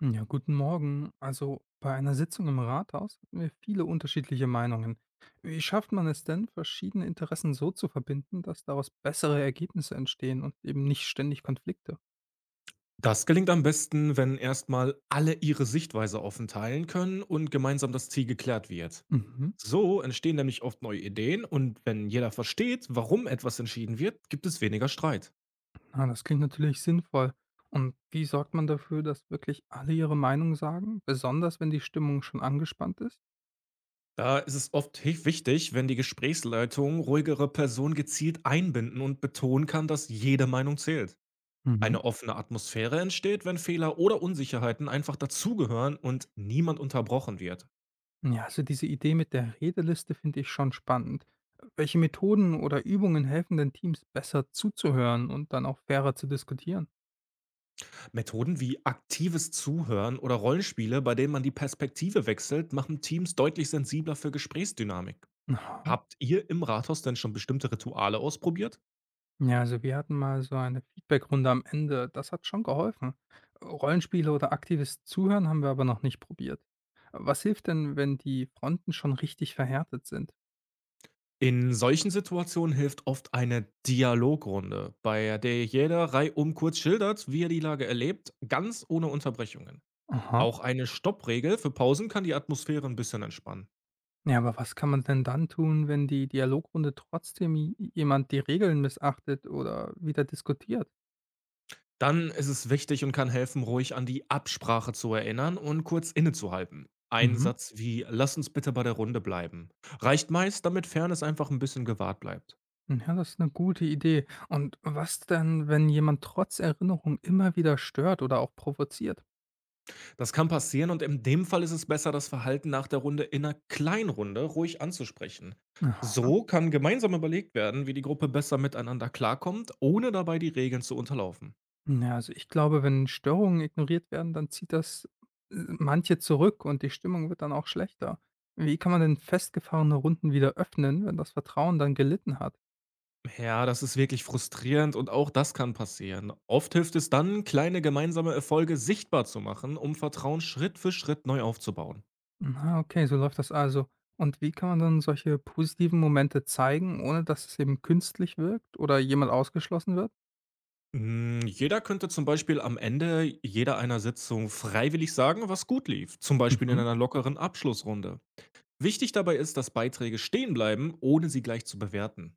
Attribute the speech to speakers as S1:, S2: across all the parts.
S1: Ja, guten Morgen. Also bei einer Sitzung im Rathaus hatten wir viele unterschiedliche Meinungen. Wie schafft man es denn, verschiedene Interessen so zu verbinden, dass daraus bessere Ergebnisse entstehen und eben nicht ständig Konflikte?
S2: Das gelingt am besten, wenn erstmal alle ihre Sichtweise offen teilen können und gemeinsam das Ziel geklärt wird.
S1: Mhm.
S2: So entstehen nämlich oft neue Ideen und wenn jeder versteht, warum etwas entschieden wird, gibt es weniger Streit.
S1: Na, das klingt natürlich sinnvoll. Und wie sorgt man dafür, dass wirklich alle ihre Meinung sagen, besonders wenn die Stimmung schon angespannt ist?
S2: Da ist es oft wichtig, wenn die Gesprächsleitung ruhigere Personen gezielt einbinden und betonen kann, dass jede Meinung zählt.
S1: Mhm.
S2: Eine offene Atmosphäre entsteht, wenn Fehler oder Unsicherheiten einfach dazugehören und niemand unterbrochen wird.
S1: Ja, also diese Idee mit der Redeliste finde ich schon spannend. Welche Methoden oder Übungen helfen denn Teams besser zuzuhören und dann auch fairer zu diskutieren?
S2: Methoden wie aktives Zuhören oder Rollenspiele, bei denen man die Perspektive wechselt, machen Teams deutlich sensibler für Gesprächsdynamik.
S1: Aha.
S2: Habt ihr im Rathaus denn schon bestimmte Rituale ausprobiert?
S1: Ja, also wir hatten mal so eine Feedbackrunde am Ende. Das hat schon geholfen. Rollenspiele oder aktives Zuhören haben wir aber noch nicht probiert. Was hilft denn, wenn die Fronten schon richtig verhärtet sind?
S2: In solchen Situationen hilft oft eine Dialogrunde, bei der jeder reihum kurz schildert, wie er die Lage erlebt, ganz ohne Unterbrechungen.
S1: Aha.
S2: Auch eine Stoppregel für Pausen kann die Atmosphäre ein bisschen entspannen.
S1: Ja, aber was kann man denn dann tun, wenn die Dialogrunde trotzdem jemand die Regeln missachtet oder wieder diskutiert?
S2: Dann ist es wichtig und kann helfen, ruhig an die Absprache zu erinnern und kurz innezuhalten. Ein
S1: Mhm.
S2: Satz wie „Lass uns bitte bei der Runde bleiben“ reicht meist, damit Fairness einfach ein bisschen gewahrt bleibt.
S1: Ja, das ist eine gute Idee. Und was denn, wenn jemand trotz Erinnerung immer wieder stört oder auch provoziert?
S2: Das kann passieren und in dem Fall ist es besser, das Verhalten nach der Runde in einer Kleinrunde ruhig anzusprechen. So kann gemeinsam überlegt werden, wie die Gruppe besser miteinander klarkommt, ohne dabei die Regeln zu unterlaufen.
S1: Ja, also ich glaube, wenn Störungen ignoriert werden, dann zieht das manche zurück und die Stimmung wird dann auch schlechter. Wie kann man denn festgefahrene Runden wieder öffnen, wenn das Vertrauen dann gelitten hat?
S2: Ja, das ist wirklich frustrierend und auch das kann passieren. Oft hilft es dann, kleine gemeinsame Erfolge sichtbar zu machen, um Vertrauen Schritt für Schritt neu aufzubauen.
S1: Na, okay, so läuft das also. Und wie kann man dann solche positiven Momente zeigen, ohne dass es eben künstlich wirkt oder jemand ausgeschlossen wird?
S2: Jeder könnte zum Beispiel am Ende jeder einer Sitzung freiwillig sagen, was gut lief, zum Beispiel in
S1: Mhm.
S2: einer lockeren Abschlussrunde. Wichtig dabei ist, dass Beiträge stehen bleiben, ohne sie gleich zu bewerten.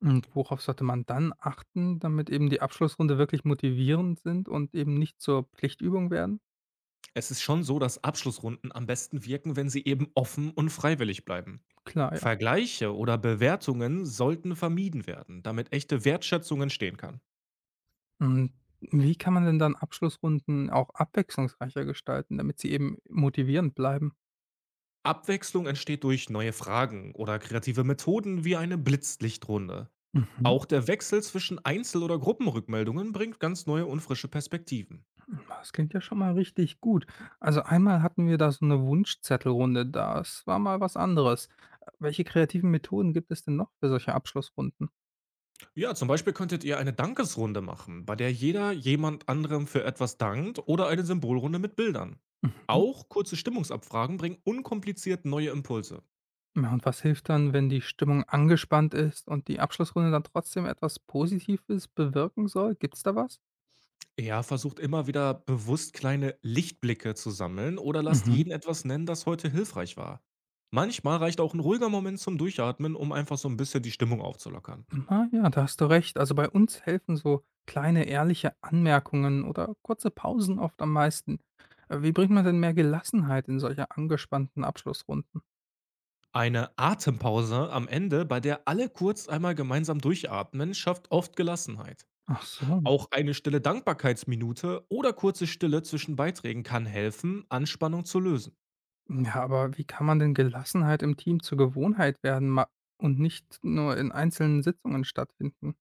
S1: Und worauf sollte man dann achten, damit eben die Abschlussrunde wirklich motivierend sind und eben nicht zur Pflichtübung werden?
S2: Es ist schon so, dass Abschlussrunden am besten wirken, wenn sie eben offen und freiwillig bleiben.
S1: Klar, ja.
S2: Vergleiche oder Bewertungen sollten vermieden werden, damit echte Wertschätzung entstehen kann.
S1: Und wie kann man denn dann Abschlussrunden auch abwechslungsreicher gestalten, damit sie eben motivierend bleiben?
S2: Abwechslung entsteht durch neue Fragen oder kreative Methoden wie eine Blitzlichtrunde.
S1: Mhm.
S2: Auch der Wechsel zwischen Einzel- oder Gruppenrückmeldungen bringt ganz neue und frische Perspektiven.
S1: Das klingt ja schon mal richtig gut. Also einmal hatten wir da so eine Wunschzettelrunde, das war mal was anderes. Welche kreativen Methoden gibt es denn noch für solche Abschlussrunden?
S2: Ja, zum Beispiel könntet ihr eine Dankesrunde machen, bei der jeder jemand anderem für etwas dankt oder eine Symbolrunde mit Bildern.
S1: Mhm.
S2: Auch kurze Stimmungsabfragen bringen unkompliziert neue Impulse.
S1: Ja, und was hilft dann, wenn die Stimmung angespannt ist und die Abschlussrunde dann trotzdem etwas Positives bewirken soll? Gibt's da was?
S2: Ja, versucht immer wieder bewusst kleine Lichtblicke zu sammeln oder lasst
S1: Mhm.
S2: jeden etwas nennen, das heute hilfreich war. Manchmal reicht auch ein ruhiger Moment zum Durchatmen, um einfach so ein bisschen die Stimmung aufzulockern.
S1: Ah ja, da hast du recht. Also bei uns helfen so kleine ehrliche Anmerkungen oder kurze Pausen oft am meisten. Wie bringt man denn mehr Gelassenheit in solche angespannten Abschlussrunden?
S2: Eine Atempause am Ende, bei der alle kurz einmal gemeinsam durchatmen, schafft oft Gelassenheit.
S1: Ach so.
S2: Auch eine stille Dankbarkeitsminute oder kurze Stille zwischen Beiträgen kann helfen, Anspannung zu lösen.
S1: Ja, aber wie kann man denn Gelassenheit im Team zur Gewohnheit werden und nicht nur in einzelnen Sitzungen stattfinden?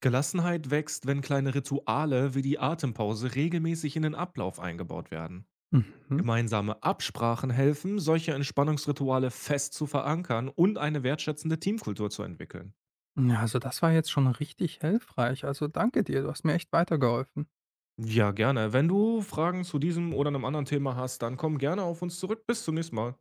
S2: Gelassenheit wächst, wenn kleine Rituale wie die Atempause regelmäßig in den Ablauf eingebaut werden.
S1: Mhm.
S2: Gemeinsame Absprachen helfen, solche Entspannungsrituale fest zu verankern und eine wertschätzende Teamkultur zu entwickeln.
S1: Ja, also das war jetzt schon richtig hilfreich. Also danke dir, du hast mir echt weitergeholfen.
S2: Ja, gerne. Wenn du Fragen zu diesem oder einem anderen Thema hast, dann komm gerne auf uns zurück. Bis zum nächsten Mal.